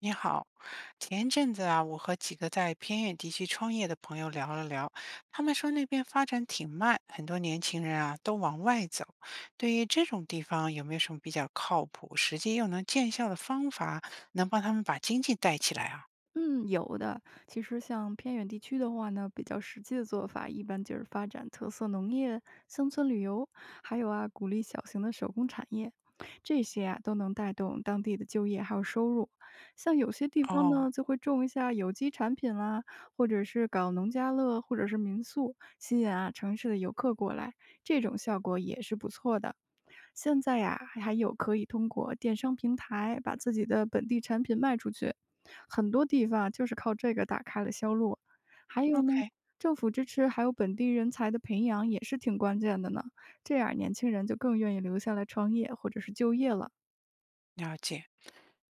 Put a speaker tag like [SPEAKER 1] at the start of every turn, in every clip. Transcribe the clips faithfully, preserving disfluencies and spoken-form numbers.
[SPEAKER 1] 你好，前一阵子啊，我和几个在偏远地区创业的朋友聊了聊，他们说那边发展挺慢，很多年轻人啊都往外走。对于这种地方，有没有什么比较靠谱、实际又能见效的方法，能帮他们把经济带起来啊？
[SPEAKER 2] 嗯，有的。其实像偏远地区的话呢，比较实际的做法，一般就是发展特色农业、乡村旅游，还有啊，鼓励小型的手工产业，这些啊都能带动当地的就业还有收入。像有些地方
[SPEAKER 1] 哦
[SPEAKER 2] 呢，就会种一下有机产品啦，或者是搞农家乐，或者是民宿，吸引啊城市的游客过来，这种效果也是不错的。现在呀，还有可以通过电商平台把自己的本地产品卖出去，很多地方啊就是靠这个打开了销路。还有呢，
[SPEAKER 1] ，OK，
[SPEAKER 2] 政府支持还有本地人才的培养也是挺关键的呢，这样年轻人就更愿意留下来创业或者是就业了。
[SPEAKER 1] 了解。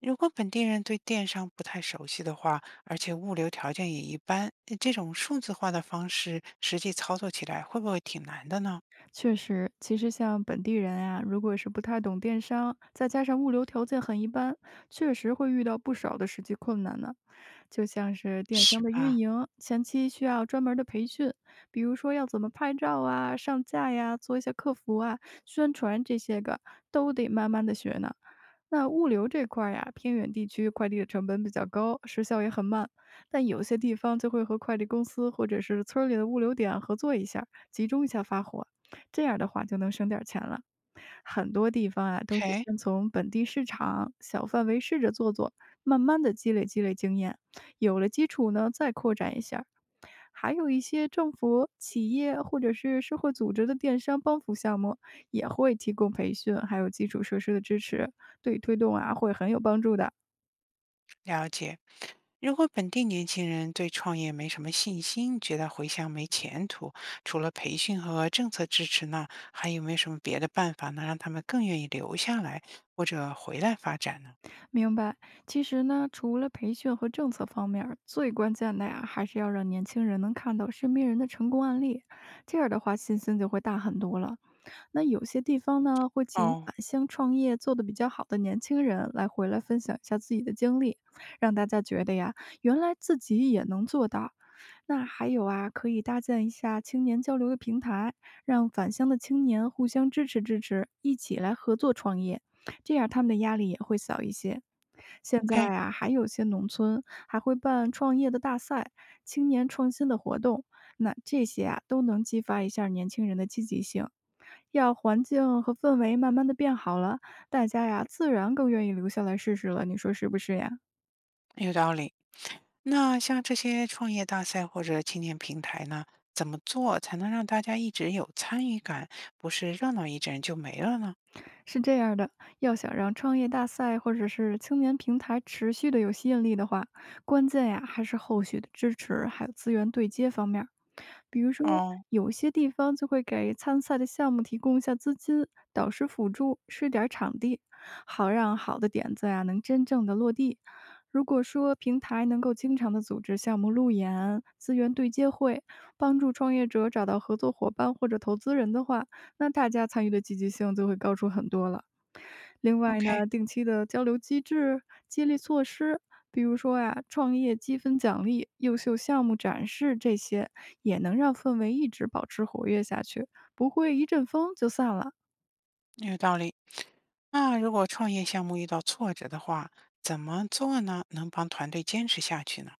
[SPEAKER 1] 如果本地人对电商不太熟悉的话，而且物流条件也一般，这种数字化的方式实际操作起来会不会挺难的呢？
[SPEAKER 2] 确实，其实像本地人啊，如果是不太懂电商，再加上物流条件很一般，确实会遇到不少的实际困难呢。就像是电商
[SPEAKER 1] 是
[SPEAKER 2] 的运
[SPEAKER 1] 吧
[SPEAKER 2] 营，前期需要专门儿的培训，比如说要怎么拍照啊、上架呀、做一些客服啊、宣传这些个，都得慢慢的学呢。那物流这块儿呀，偏远地区快递的成本比较高，时效也很慢。但有些地方就会和快递公司或者是村儿里的物流点合作一下，集中一下发货，这样的话就能省点儿钱了。很多地方啊，都是
[SPEAKER 1] ？OK，
[SPEAKER 2] 先从本地市场小范围试着做做，慢慢的积累积累经验。有了基础呢，再扩展一下儿。还有一些政府、企业或者是社会组织的电商帮扶项目，也会提供培训，还有基础设施的支持，对推动啊会很有帮助的。
[SPEAKER 1] 了解。如果本地年轻人对创业没什么信心，觉得回乡没前途，除了培训和政策支持呢，还有没有什么别的办法能让他们更愿意留下来或者回来发展呢？
[SPEAKER 2] 明白。其实呢，除了培训和政策方面儿最关键的呀，还是要让年轻人能看到身边人的成功案例，这样的话信心就会大很多了。那有些地方呢，会请
[SPEAKER 1] 哦
[SPEAKER 2] 返乡创业做得比较好的年轻人来回来分享一下自己的经历，让大家觉得呀，原来自己也能做到。那还有啊，可以搭建一下青年交流的平台，让返乡的青年互相支持支持，一起来合作创业，这样他们的压力也会小一些。现在
[SPEAKER 1] ，OK，
[SPEAKER 2] 啊，还有些农村还会办创业的大赛、青年创新的活动，那这些啊都能激发一下年轻人的积极性。要环境和氛围慢慢的变好了，大家呀自然更愿意留下来试试了，你说是不是呀？
[SPEAKER 1] 有道理。那像这些创业大赛或者青年平台呢，怎么做才能让大家一直有参与感，不是热闹一阵就没了呢？
[SPEAKER 2] 是这样的，要想让创业大赛或者是青年平台持续的有吸引力的话，关键呀还是后续的支持还有资源对接方面儿。比如说，
[SPEAKER 1] 哦
[SPEAKER 2] 有些地方就会给参赛的项目提供一下资金、导师辅助、试点儿场地，好让好的点子呀、能真正的落地。如果说平台能够经常的组织项目路演、资源对接会，帮助创业者找到合作伙伴或者投资人的话，那大家参与的积极性就会高出很多了。另外呢，
[SPEAKER 1] ，OK。
[SPEAKER 2] 定期的交流机制、激励措施，比如说啊，创业积分奖励、优秀项目展示这些，也能让氛围一直保持活跃下去，不会一阵风就散了。
[SPEAKER 1] 有道理。那如果创业项目遇到挫折的话，怎么做呢？能帮团队坚持下去呢？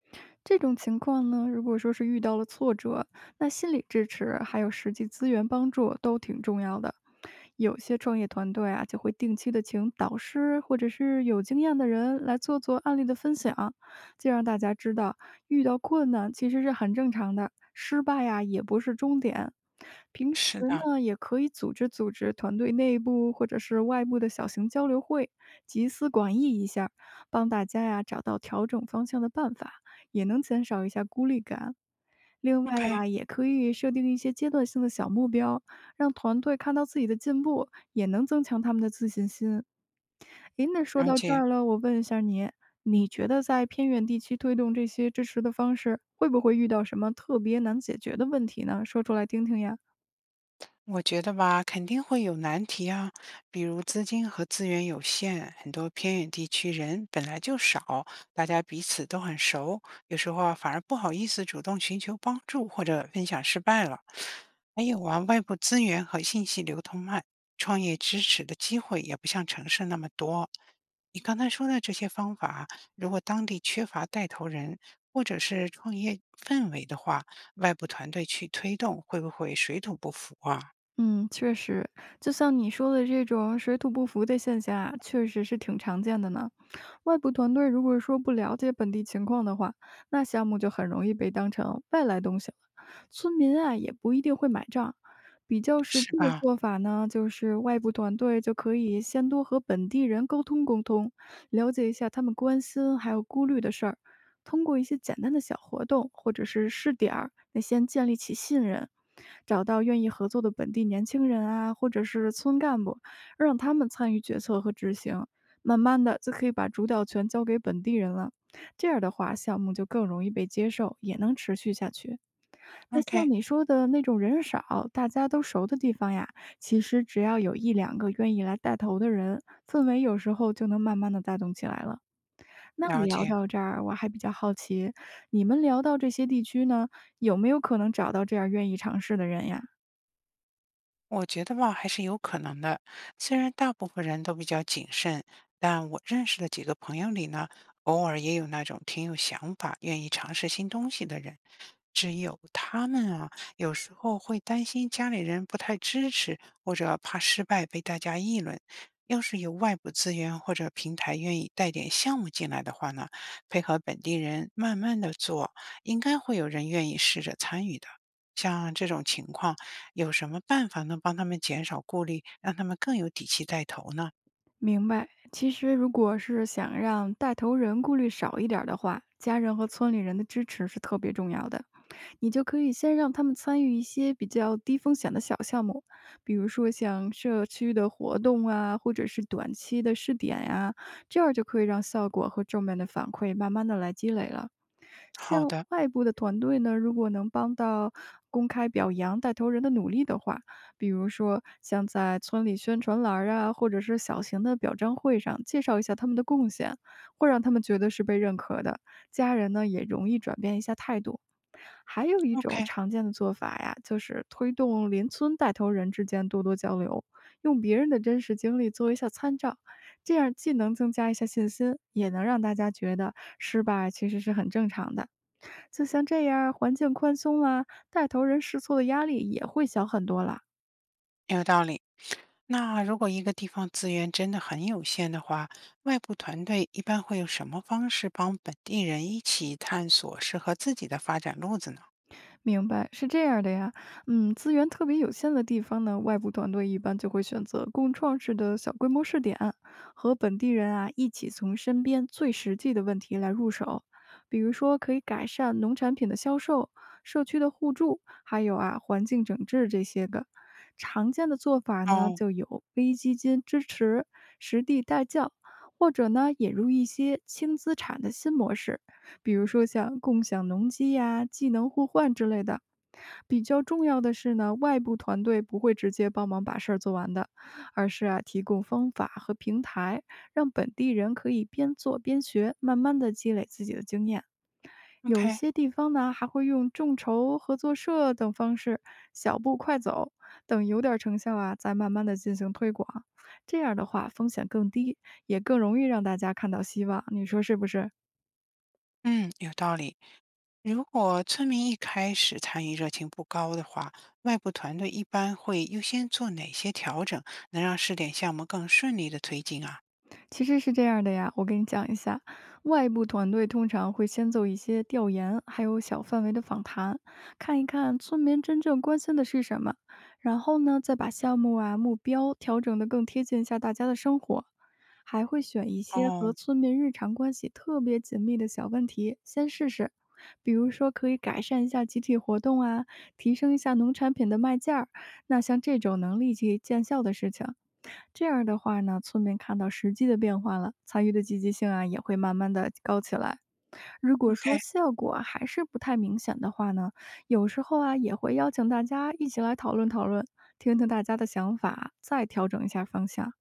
[SPEAKER 2] 这种情况呢，如果说是遇到了挫折，那心理支持还有实际资源帮助都挺重要的。有些创业团队啊，就会定期的请导师或者是有经验的人来做做案例的分享，就让大家知道遇到困难其实是很正常的，失败呀、也不是终点。平时
[SPEAKER 1] 是的
[SPEAKER 2] 呢，也可以组织组织团队内部或者是外部的小型交流会，集思广益一下，帮大家呀找到调整方向的办法。也能减少一下孤立感。另外
[SPEAKER 1] ，OK，
[SPEAKER 2] 呀，也可以设定一些阶段性的小目标，让团队看到自己的进步，也能增强他们的自信心。诶，那说
[SPEAKER 1] 了
[SPEAKER 2] 到这
[SPEAKER 1] 解。
[SPEAKER 2] 儿了，我问一下你，你觉得在偏远地区推动这些支持的方式，会不会遇到什么特别难解决的问题呢？说出来听听呀。
[SPEAKER 1] 我觉得吧，肯定会有难题啊，比如资金和资源有限，很多偏远地区人本来就少，大家彼此都很熟，有时候啊反而不好意思主动寻求帮助或者分享失败了。还有啊，外部资源和信息流通慢，创业支持的机会也不像城市那么多。你刚才说的这些方法，如果当地缺乏带头人或者是创业氛围的话，外部团队去推动，会不会水土不服啊？
[SPEAKER 2] 嗯，确实，就像你说的这种水土不服的现象啊，确实是挺常见的呢。外部团队如果说不了解本地情况的话，那项目就很容易被当成外来东西了。村民啊，也不一定会买账。比较实
[SPEAKER 1] 是
[SPEAKER 2] 际的
[SPEAKER 1] 吧
[SPEAKER 2] 做法呢，就是外部团队就可以先多和本地人沟通沟通，了解一下他们关心还有顾虑的事儿，通过一些简单的小活动或者是试点儿，那先建立起信任，找到愿意合作的本地年轻人啊，或者是村干部，让他们参与决策和执行，慢慢的就可以把主导权交给本地人了。这样的话，项目就更容易被接受，也能持续下去。那像
[SPEAKER 1] ？OK，
[SPEAKER 2] 你说的那种人少、大家都熟的地方呀，其实只要有一两个愿意来带头的人，氛围有时候就能慢慢的带动起来了。那
[SPEAKER 1] 了
[SPEAKER 2] 聊
[SPEAKER 1] 解。
[SPEAKER 2] 到这儿，我还比较好奇，你们聊到这些地区呢，有没有可能找到这样愿意尝试的人呀？
[SPEAKER 1] 我觉得吧，还是有可能的。虽然大部分人都比较谨慎，但我认识的几个朋友里呢，偶尔也有那种挺有想法、愿意尝试新东西的人。只有他们啊，有时候会担心家里人不太支持，或者怕失败被大家议论。要是有外部资源或者平台愿意带点项目进来的话呢，配合本地人慢慢的做，应该会有人愿意试着参与的。像这种情况。有什么办法能帮他们减少顾虑，让他们更有底气带头呢？
[SPEAKER 2] 明白。其实，如果是想让带头人顾虑少一点儿的话，家人和村里人的支持是特别重要的。你就可以先让他们参与一些比较低风险的小项目，比如说像社区的活动啊，或者是短期的试点呀、这样就可以让效果和正面的反馈慢慢的来积累了。
[SPEAKER 1] 好
[SPEAKER 2] 像
[SPEAKER 1] 的
[SPEAKER 2] 外部的团队呢，如果能帮到公开表扬带头人的努力的话，比如说像在村里宣传栏儿啊，或者是小型的表彰会上介绍一下他们的贡献，会让他们觉得是被认可的，家人呢也容易转变一下态度。还有一种
[SPEAKER 1] ，OK，
[SPEAKER 2] 常见的做法呀，就是推动邻村带头人之间多多交流，用别人的真实经历做一下参照，这样既能增加一下信心，也能让大家觉得失败其实是很正常的。就像这样，环境宽松啦，带头人试错的压力也会小很多啦。
[SPEAKER 1] 有道理。那如果一个地方资源真的很有限的话，外部团队一般会用什么方式帮本地人一起探索适合自己的发展路子呢？
[SPEAKER 2] 明白，是这样的呀。嗯，资源特别有限的地方呢，外部团队一般就会选择共创式的小规模试点，和本地人啊一起从身边最实际的问题来入手，比如说可以改善农产品的销售、社区的互助，还有啊环境整治这些个。常见的做法呢，
[SPEAKER 1] 哦
[SPEAKER 2] 就有微基金支持、实地带教，或者呢引入一些轻资产的新模式。比如说像共享农机呀、技能互换之类的。比较重要的是呢，外部团队不会直接帮忙把事儿做完的，而是啊提供方法和平台，让本地人可以边做边学，慢慢的积累自己的经验。有
[SPEAKER 1] ，OK，
[SPEAKER 2] 些地方呢还会用众筹、合作社等方式，小步快走，等有点成效啊，再慢慢的进行推广。这样的话，风险更低，也更容易让大家看到希望。你说是不是？
[SPEAKER 1] 嗯，有道理。如果村民一开始参与热情不高的话，外部团队一般会优先做哪些调整，能让试点项目更顺利的推进啊？
[SPEAKER 2] 其实是这样的呀，我给你讲一下，外部团队通常会先做一些调研，还有小范围的访谈，看一看村民真正关心的是什么，然后呢，再把项目啊目标调整的更贴近一下大家的生活，还会选一些和
[SPEAKER 1] 哦
[SPEAKER 2] 村民日常关系特别紧密的小问题先试试，比如说可以改善一下集体活动啊，提升一下农产品的卖价儿，那像这种能立即见效的事情。这样的话呢，村民看到实际的变化了，参与的积极性啊也会慢慢的高起来。如果说
[SPEAKER 1] ，OK，
[SPEAKER 2] 效果还是不太明显的话呢，有时候啊也会邀请大家一起来讨论讨论，听听大家的想法，再调整一下方向。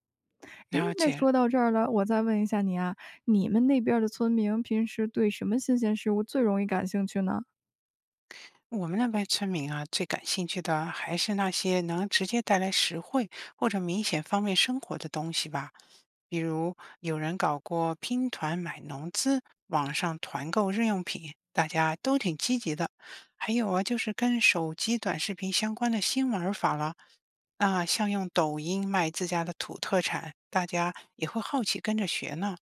[SPEAKER 2] 诶，
[SPEAKER 1] 了
[SPEAKER 2] 那
[SPEAKER 1] 解。
[SPEAKER 2] 说到这儿了，我再问一下你啊，你们那边儿的村民平时对什么新鲜事物最容易感兴趣呢？
[SPEAKER 1] 我们那边村民啊，最感兴趣的啊还是那些能直接带来实惠或者明显方便生活的东西吧。比如有人搞过拼团买农资，网上团购日用品，大家都挺积极的。还有啊，就是跟手机短视频相关的新玩法了。那像用抖音卖自家的土特产，大家也会好奇跟着学呢。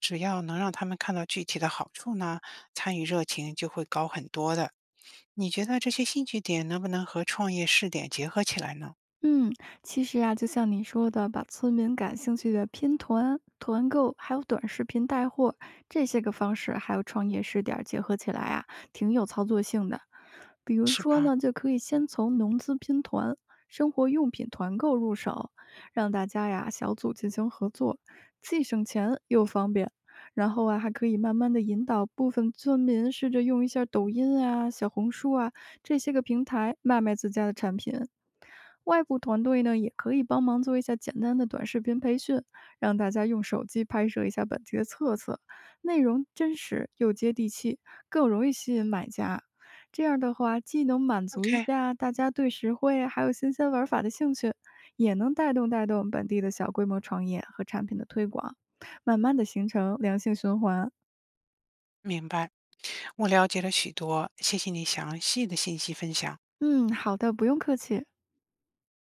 [SPEAKER 1] 只要能让他们看到具体的好处呢，参与热情就会高很多的。你觉得这些兴趣点能不能和创业试点结合起来呢？
[SPEAKER 2] 嗯，其实啊，就像你说的，把村民感兴趣的拼团、团购，还有短视频带货这些个方式，还有创业试点儿结合起来啊，挺有操作性的。比如
[SPEAKER 1] 是
[SPEAKER 2] 说
[SPEAKER 1] 吧
[SPEAKER 2] 呢，就可以先从农资拼团、生活用品团购入手，让大家呀小组进行合作，既省钱又方便。然后啊，还可以慢慢的引导部分村民试着用一下抖音啊、小红书啊这些个平台卖卖自家的产品。外部团队呢，也可以帮忙做一下简单的短视频培训，让大家用手机拍摄一下本地的特色，内容真实又接地气，更容易吸引买家。这样的话，既能满足一
[SPEAKER 1] ？OK，
[SPEAKER 2] 下大家对实惠还有新鲜玩法的兴趣，也能带动带动本地的小规模创业和产品的推广，慢慢的形成良性循环。
[SPEAKER 1] 明白。我了解了许多，谢谢你详细的信息分享。
[SPEAKER 2] 嗯，好的，不用客气。